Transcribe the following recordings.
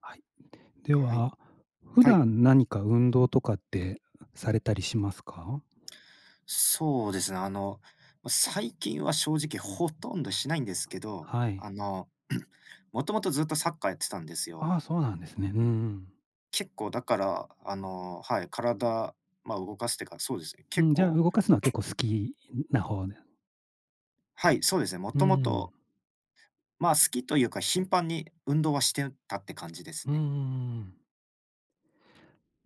はい。ではい。は、普はい。段何か運動とかってされたりしますか？そうですね、あの、最近は正直ほとんどしないんですけど、はあい。の、もともとずっとサッカーやってたんですよ。ああ、そうなんですね。うんうん。結構だから、はい、体、まあ、動かすっていうか、そうですね、うん、じゃあ動かすのは結構好きな方で、はい、そうですね、もうともんうん。と、まあ、好きというか頻繁に運動はしてたって感じですうんうね。ん。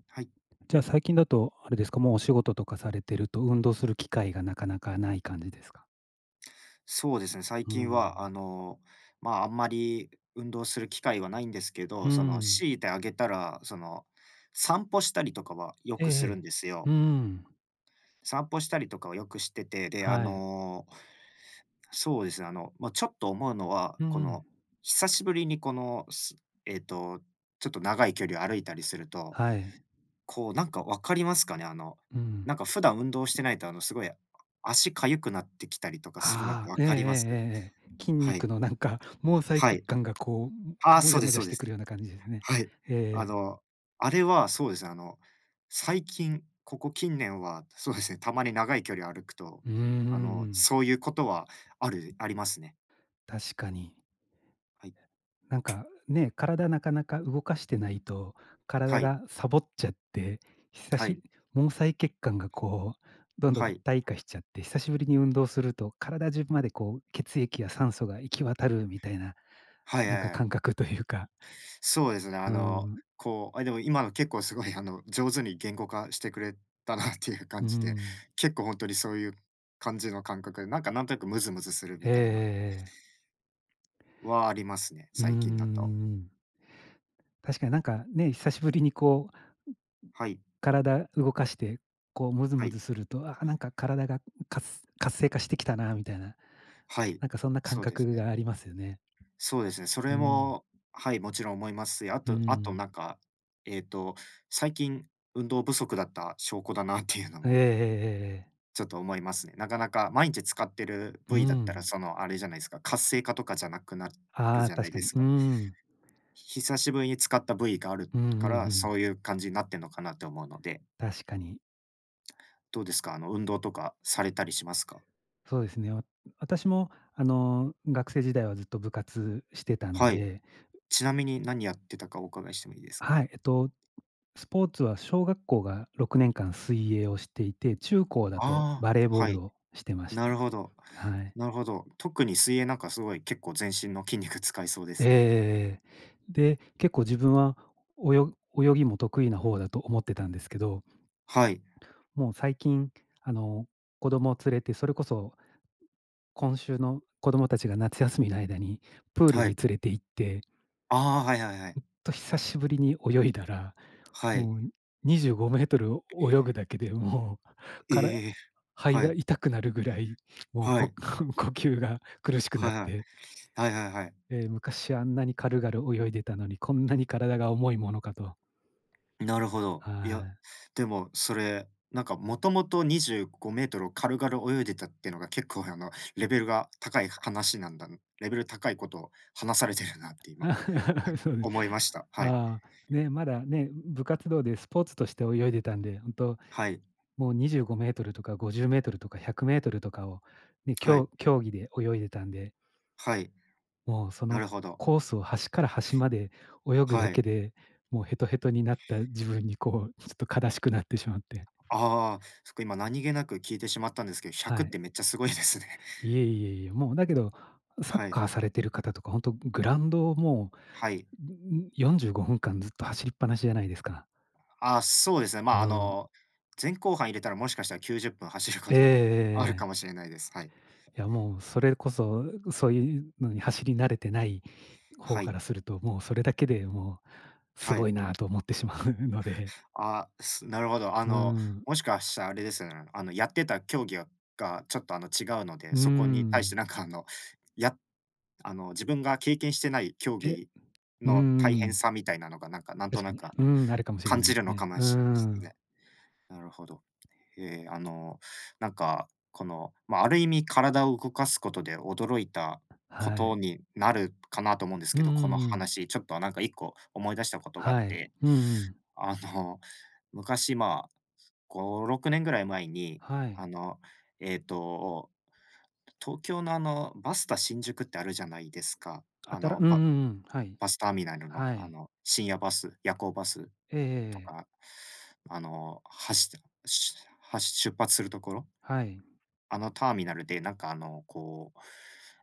はい。じゃあ最近だとあれですか、もうお仕事とかされてると運動する機会がなかなかない感じですか？そうですね、最う近は、あん。の、まあ、あんまり運動する機会はないんですけど、うん。強いてあげたら、散歩したりとかはよええくえするんえ。ですよ。うん。散歩したりとかはよくしてて、で、あはい。の、そうですね、あの、まあ、ちょっと思うのは、うん。久しぶりにこの、えっと、ちょっと長い距離を歩いたりすると、はい。こう、なんか分かりますかね？うなんん。か普段運動してないと、すごい、足痒くなってきたりとかするのってああ、分ええええかえります？えええ。筋はい。肉のなんか、毛細は血い。管がこあう、あ、もそじうゃでもすじゃそうしでてくす。るような感じですね。はい。えええあえ。の、あれはそうですね、最近、ここ近年は、そうですね、たまに長い距離歩くと、うんん。そういうことはありますね。確かに。はい。なんか、ね、体なかなか動かしてないと、は体い。がサボっちゃって、久はい。し毛細血管がこう、どんどんはい。退化しちゃって、久しぶりに運動すると、体中までこう、血液や酸素が行き渡るみたいな、はいなはんかいはい。感覚というか。そうですね、うーん。こう、あ、でも今の結構すごい、上手に言語化してくれたなっていうう感ーじで、ん。結構本当にそういう感じの感覚で、なんかなんとなくムズムズするえみえええたいな、ええ。はありますね、うー最近だと。ん。確かになんかね、久しぶりにこうはい、体動かして、こうムズはムい。ズすると、あなんか体が活性化してきたなみたいな、はい、なんかそんな感そうです覚ね。がありますよね。そうですね。そうれん。も、はい、もちろん思いますし、あうとあとなん。んか、えっと、最近運動不足だった証拠だなっていうのええええもええ。ちょっと思いますね。なかなか毎日使ってるう部位だったら、ん。その、あれじゃないですか、活性化とかじゃなくなるああ、じゃな確いかでに。すうか。ん。久しぶりに使った部位があるうんうんから、うそん。ういう感じになってんのかなって思うので、確かに。どうですか？あの、運動とかされたりしますか？そうですね。私も、あの、学生時代はずっと部活してたのはい。で、ちなみに何やってたかお伺いしてもいいですか？はい、スポーツは小学校が6年間水泳をしていて、中高だとああバレーボー、ーはい。ルをしてましなた。るほど。はい。なるほど。特に水泳なんかすごい結構全身の筋肉使いそうでえすね。えええ。で、結構自分はおよ泳ぎも得意な方だと思ってたんですけど、はい。もう最近、あの、子供を連れて、それこそ今週の子供たちが夏休みの間にプールはにい。連れて行って、ああ、はいはいはい。と久しぶりに泳いだら、はい。もう25メートル泳ぐだけでもう、からええ。肺はがい。痛くなるぐらい、もう、はこ い。呼吸が苦しくはなっいはい。て、はいはいはい。えー昔あんなに軽々泳いでたのに、こんなに体が重いものかと。なるほど。はいや、でもそれ、なんかもともと25メートルを軽々泳いでたっていうのが結構レベルが高い話なんだレベル高いことを話されてるなってい。今 そうです。思いました。はい。ああ、ね、まだね、部活動でスポーツとして泳いでたんで、本当はい。もう25メートルとか50メートルとか100メートルとかを、ね、はい。競技で泳いでたんで、はい。もうそなのるほど。コースを端から端まで泳ぐはだい。けで、もうヘトヘトになった自分にこう、ちょっと悲しくなってしまって、ああ、そっか、今何気なく聞いてしまったんですけど、は100っい。てめっちゃすごいですね。いえいえいえ、もうだけど、サッはい。カーされてる方とか、本当グラウンドをもはい。う、んよん、45分間ずっと走りっぱなしじゃないですか。あ、そうですね。まあ、うん。前後半入れたらもしかしたら90分走るこえええとえもあるかええ。もしれないです。はい。いや、もうそれこそ、そういうのに走り慣れてない方はかい。らすると、もうそれだけですはごい。いなと思ってしまうので。なるほど。うん。もしかしたらあれですよね。あの、やってた競技がちょっと、違うので、うーそこに対してん。なんか、やあの、自分が経験してない競え、技うーの大変ん。さみたいなのが、なんか、なんと確かなに。く、あうの、ん、あるかもしれ感ないじでるすのかね。もうーしんすね。ん。なるほど。ええ、なんか、この、まあ、ある意味体を動かすことで驚いたこはとい。になるかなと思うんですうんけうど、このんうん。話、ちょっとなんか1個思い出したことがあっはい。て、うんうん。あの、昔、まあ、5、6年ぐらい前に、はい。あの、えっと、東京のあの、バスタ新宿ってあるじゃないですか。あたらうんうんうん。はい。バスターミナルの、はあい。の、深夜バス、夜行バス。ええええとええ。か、あの、走ってし走出発するところ、はい。あのターミナルで、なんかあの、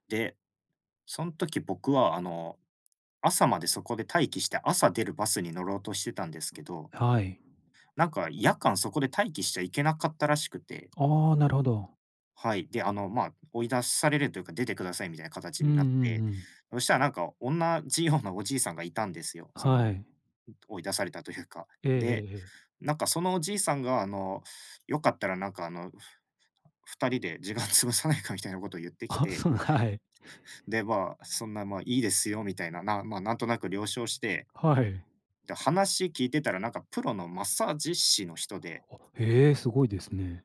で、その時僕はあの、朝までそこで待機して、朝出るバスに乗ろうとしてたんですけど、はい。なんか夜間そこで待機しちゃいけなかったらしくて、ああ、なるほど。はい、で、まあ、追い出されるというか、出てくださいみたいな形うんうんにうなって、ん。そしたらなんか同じようなおじいさんがいたんですよ。そはのい。追い出されたというか。ええええで、ええ。なんかそのおじいさんが、よかったらなんかあの、2人で時間潰さないかみたいなことを言っ てきあ、て、そう、はい。で、まあ、いいですよみたいな、まあ、なんとなく了承して、はい。で、話聞いてたらなんかプロのマッサージ師の人で、あ、ええ、すごいですね。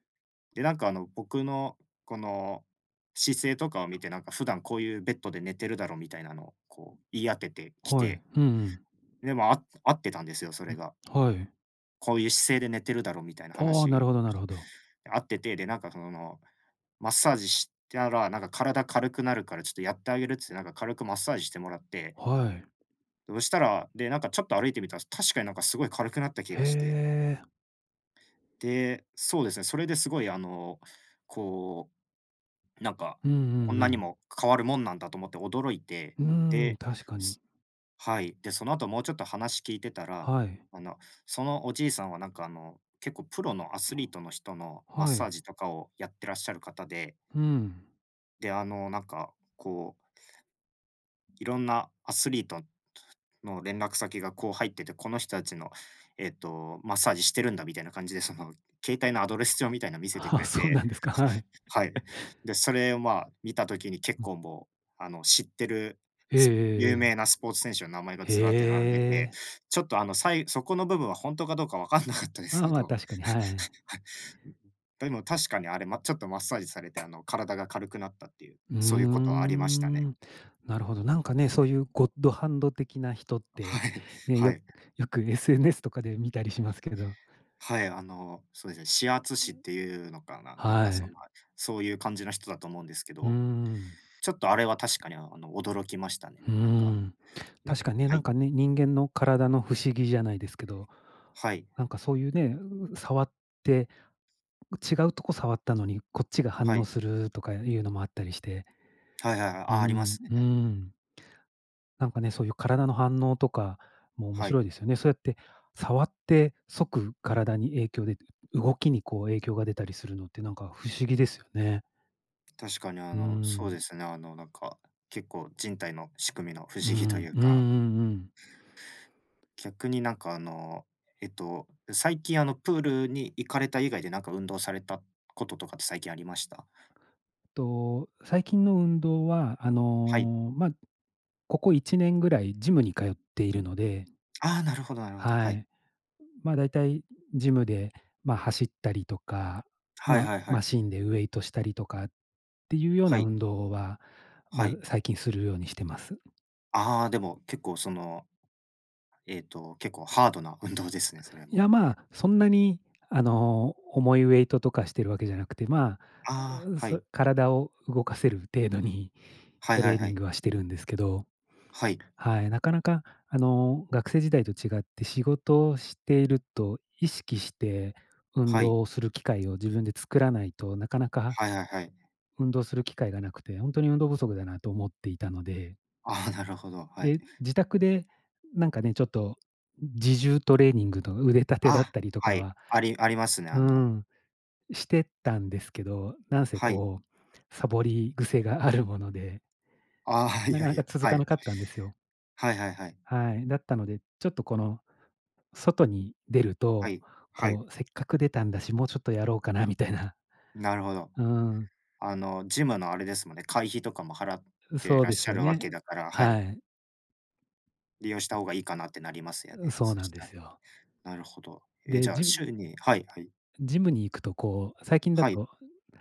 で、なんかあの、僕の姿勢とかを見て、なんか普段こういうベッドで寝てるだろうみたいなのをこう言い当ててきはい。て、うんうん。で、まあ、合ってたんですよ、そうれん、が。はい。こういう姿勢で寝てるだろみたいなああ、な話、るほどなるほど。あってて、で、なんかその、マッサージしたら、なんか体軽くなるからちょっとやってあげるっつって、なんか軽くマッサージしてもらって、はい。そしたら、で、なんかちょっと歩いてみたら、確かになんかすごい軽くなった気へがして。え。で、そうですね、それですごいこう、なんか、うんうこんんうなにん。も変わるもんなんだと思って驚いて、うーん、で、確かに。はい。で、その後もうちょっと話聞いてたら、はい。あの、そのおじいさんはなんかあの、結構プロのアスリートの人のマッはサーい。ジとかをやってらっしゃる方で、うん。で、いろんなアスリートの連絡先がこう入ってて、この人たちの、マッサージしてるんだみたいな感じで、その、携帯のアドレス帳みたいなの見 せてくあ、れそうて、なんですか。はい。はい。で、それを、まあ、見たときに結うん。構もう、あの、知ってる、ええええ有え名え。なスポーツ選手の名前がへずらって並んでて、え。ちょっと、あの、そこの部分は本当かどうかわかんなかったですまあけまあ、ど、確かに、はい。でも確かにあれ、ま、ちょっとマッサージされて、あの、体が軽くなったっていう、うーそういうことはありましたね。ん、なるほど。なんかね、そういうゴッドハンド的な人って、はい、ね、はい。よく SNS とかで見たりしますけど。はい、そうですね、指圧師っていうのかな、なんはかその、い。そういう感じの人だと思うんですけうーど、ん、ちょっとあれは確かにあの、驚きましたね。うーなんか、ん。な確かにね、はなんい、かね、人間の体の不思議じゃないですけど、はい、なんかそういうね、触って、違うとこ触ったのに、こっちが反は応い、するとかいうのもあったりして。はいはいはい、うあ、ありまん、すうね。ん。なんかね、そういう体の反応とかも面はい。白いですよね。そうやって触って即体に影響で、動きにこう影響が出たりするのってなんか不思議ですよね。確かにうそうでん。すね、結構人体の仕組みの不うん。思う議といんううんうか、ん。逆になんかあの、最近あの、プールに行かれた以外でなんか運動されたこととかって最近ありました？と、最近の運動は、あはい。の、ま、ここ1年ぐらいジムに通っているので、ああ、なるほどなるほど。ははい。い。ま、だいたいジムで、ま、走ったりとか、はいはいはい。マシンでウエイトしたりとかっていうようはない、運動は、はまあ、い。最近するようにしてます。ああ、でも結構その、結構ハードな運動ですね、それいも。や、まあ、そんなに、あの、重いウェイトとかしてるわけじゃなくて、まあ、ああ、はい。体を動かせる程度にはトいはレいーはニンい。グはしてるんですけど、はい。はい、なかなか、あの、学生時代と違って仕事をしていると、意識して運はい。動をする機会を自分で作らないと、なかなかはいはいはい。運動する機会がなくて、本当に運動不足だなと思っていたので、ああ、なるほど、はい。で、自宅でなんかね、ちょっと自重トレーニングの腕立てだっあ、たりとかはい、は、ありますね、あうのん、してたんですけど、なんせはい。こう、サボり癖があるもので、ああ、いなやかないかや、続はかい。なかったんですよ。はいはいはい。はい。だったので、ちょっとこの外に出るはと、い。はい。こう、せっかく出たんだし、もうちょっとやろうかうなんみたういん。な。なるほど。うん、あの、ジムのあれですもんね、会費とかも払ってそうらっでしすゃよるわね。けだから、ははい。い、利用した方がいいかなってなりますよね、そうそなしんでたら。すよ。なるほど。え、じで、ゃあ週に、はい。ジムに行くとこう、最近だはい。と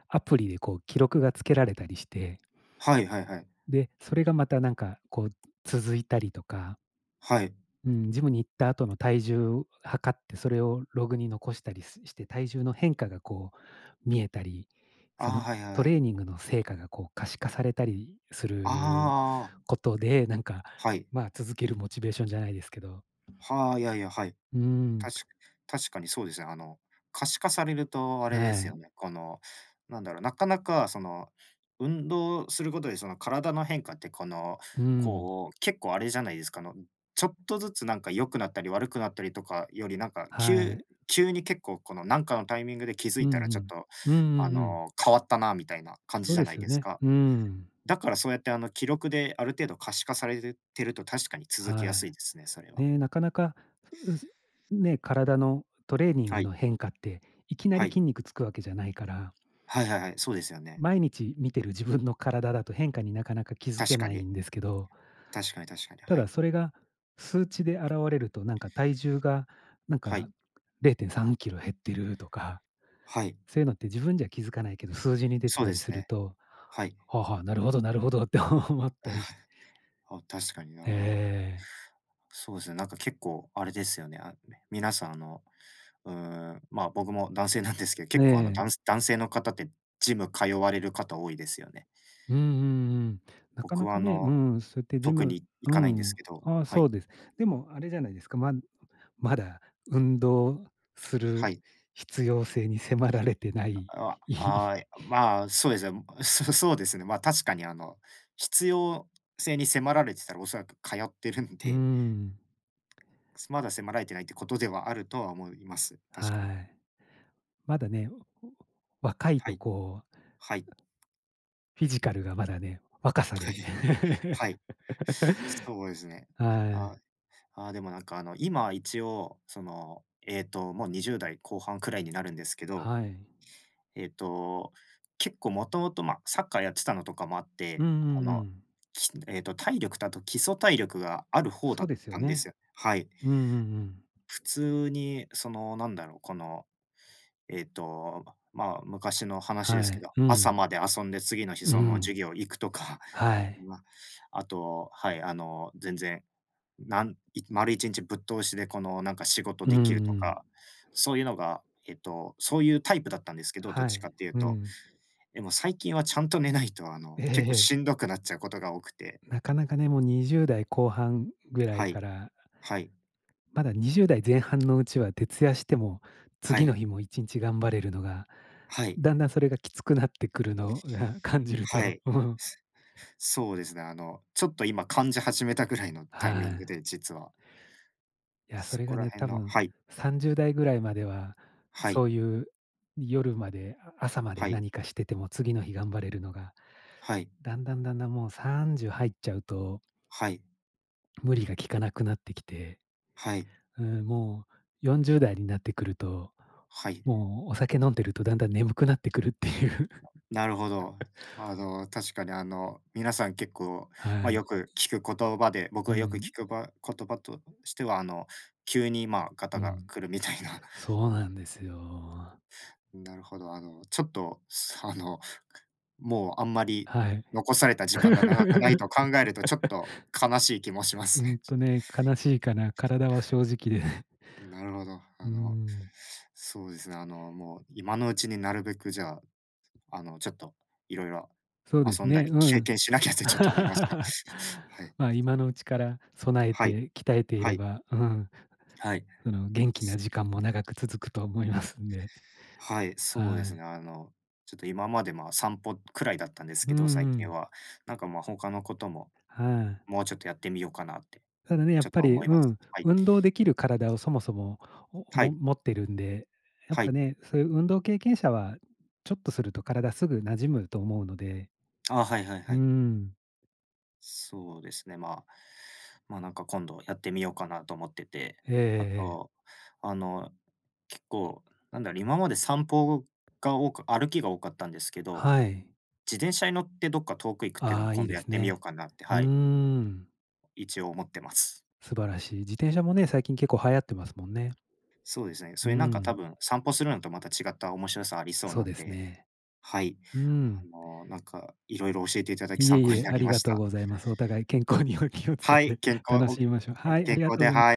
アプリでこう記録がつけられたりして、はいはいはいはい。で、それがまたなんかこう続いたりとか、はい。うん、ジムに行った後の体重を測って、それをログに残したりして、体重の変化がこう見えたり、あそあ、のはいはいはトい。レーニングの成果がこう可視化されたりするああ、ことで、なんか、はい。まあ、続けるモチベーションじゃないですけど、はあ、いやいや、はい。うーん、たし確かにそうですね。あの、可視化されるとあはれですよい、ね。この、なんだろう、なかなかその、運動することでその体の変化ってこの、うん、こう、結構あれじゃないですか、あの、ちょっとずつなんか良くなったり悪くなったりとかよりなんか、は急い、急に結構このなんかのタイミングで気づういたらちょっんと、うん、うんうあんうん。の、変わったなみたいな感じそうじゃでないすよですね。か。うん。だからそうやってあの記録である程度可視化されてると確かに続けはやすいですね、それい。は。ね、なかなか、うすね、体のトレーニンはグい。の変化って、いきなはりい。筋肉つくわけじゃないから、はいはいはい、そうですよね。毎日見てる自分の体だと変化になかなか気づ確けかないに。んですけど、確かに確かに。たはだい。それが数値で現れると、なんか体重がなんはかい。0.3キロ減ってるとか、はい。そういうのって自分じゃ気づかないけど、数字に出てそうたでりすするね。と、はい。はあはあ、なるほどなるほどって 思ったりし て。あ、確かになるほど。えそうですね、なんか結構あれですよね。あ、ね皆さんあの、うーまあ、僕も男性なんですけど、え。え結構あのえ。男性の方ってジム通われる方多いですよね。うんうんうん。なか僕なはあかね、うの、ん、そうやってジ特ム、に行うかないんですん。けど、ああ、はそい。うです。でもあれじゃないですか、まだ運動するはい。必要性に迫られてない。あ あー、まあ、そうですね。そうですね。まあ、確かにあの、必要性に迫られてたらおそらく通ってるんうで、ん、まだ迫られてないってことではあるとは思います。確かに。はい。まだね、若いはとい。こう、はい。フィジカルがまだね、若さはで。い。は い。そうですね。はい、ああー、でもなんかあの、今一応その、もう20代後半くらいになるんですけど、はい。えっと、結構もともと、まあ、サッカーやってたのとかもあっうんて、うんあうの、ん。きえっと、体力だと基礎体力がある方だそうっですよたんでね。すよ。はい。うんうんうん。普通にその、なんだろう、この、えっと、まあ、昔の話ではすけい。ど、う朝ん。まで遊んで次の日うそのまま授ん。業行くとか、はい。ま、あと、はい、あの、全然、なんい丸一日ぶっ通しでこの、なんか仕事うんでうきるとん。か、そういうのが、そういうタイプだったんですけど、どっはちかっい。ていううと。ん。でも最近はちゃんと寝ないと、あの、結構えしんえ、どくなっちゃうことが多くて。なかなかね、もう20代後半ぐらはいかい、ら、はい、まだ20代前半のうちは徹夜しても、は次のい、日も1日頑張れるのが、はい、だんだんそれがきつくなってくるのが感じるはと、い。うん、そうですね、あの、ちょっと今感じ始めたぐらいのタはイミングい。で、実は。いや、そそれこがらね、辺多の、分はい、30代ぐらいまでは、はそい、ういう夜まで、あ、朝まはでい、何かしてても次の日頑張れるのが、はい、だんだんだんだんもう30入っちゃうとはい、無理がきかなくなってきて、はい、うん、もう40代になってくると、はい。もうお酒飲んでるとだんだん眠くなってくるっていう。なるほど。あの、確かにあの、皆さん結構、まはあ、よい。く聞く言葉で、僕うがよく聞ん、くば言葉としては、あの、急に、まあ、ガうタがん。来るみたいな。そうなんですよ。なるほど、あの、ちょっと、すあの、もうあんまりはい。残された時間が長くないと考 えると、ちょっと悲しい気もしまうすんね。とね、悲しいかな、体は正直で。なるほど。あうの、ん、そうですね。あの、もう今のうちになるべくじゃあ、あの、ちょっといろいろそうで遊すんだね、りう経ん。験しなきゃってちょっと思いました。はい。まあ、今のうちから備えはい。て鍛えていはれい。ば、うん、はい。その元気な時間も長く続くと思いますんで。はい、そうではすね。い。あの、ちょっと今まで、まあ、散歩くらいだったんですうけんど、最う近ん。は。なんか、まあ、他のことも、はい。もうちょっとやってみようかなってただね、やっちょっぱとり、思いうます。ん、はい。運動できる体をそもそも、はい。持ってるんで、やっはぱい。ね、そういう運動経験者は、ちょっとすると体すぐ馴染むと思うので、ああ、はいはいうはーい。ん。そうですね、まあ、なんか今度やってみようかなと思ってて、ええあえと、え。あの、結構、なんだろう、今まで散歩が多く歩きが多かったんですけど、はい。自転車に乗ってどっか遠く行くっていうのあもあ、い今い度でやっすてみようね。かなって、うはーい、ん、一応思ってます。素晴らしい。自転車もね、最近結構流行ってますもんね。そうですね、そうれなんか多ん、分散歩するのとまた違った面白さありそうそうなんですで、ね。はい、うあん。の、なんかいろいろ教えていただきいえ参考いにえ、なありりまがしとうた。ございます。お互い健康にお気をつけはい、て健康楽おしみましょう。おはい、あ健りが康とうで、ございはい。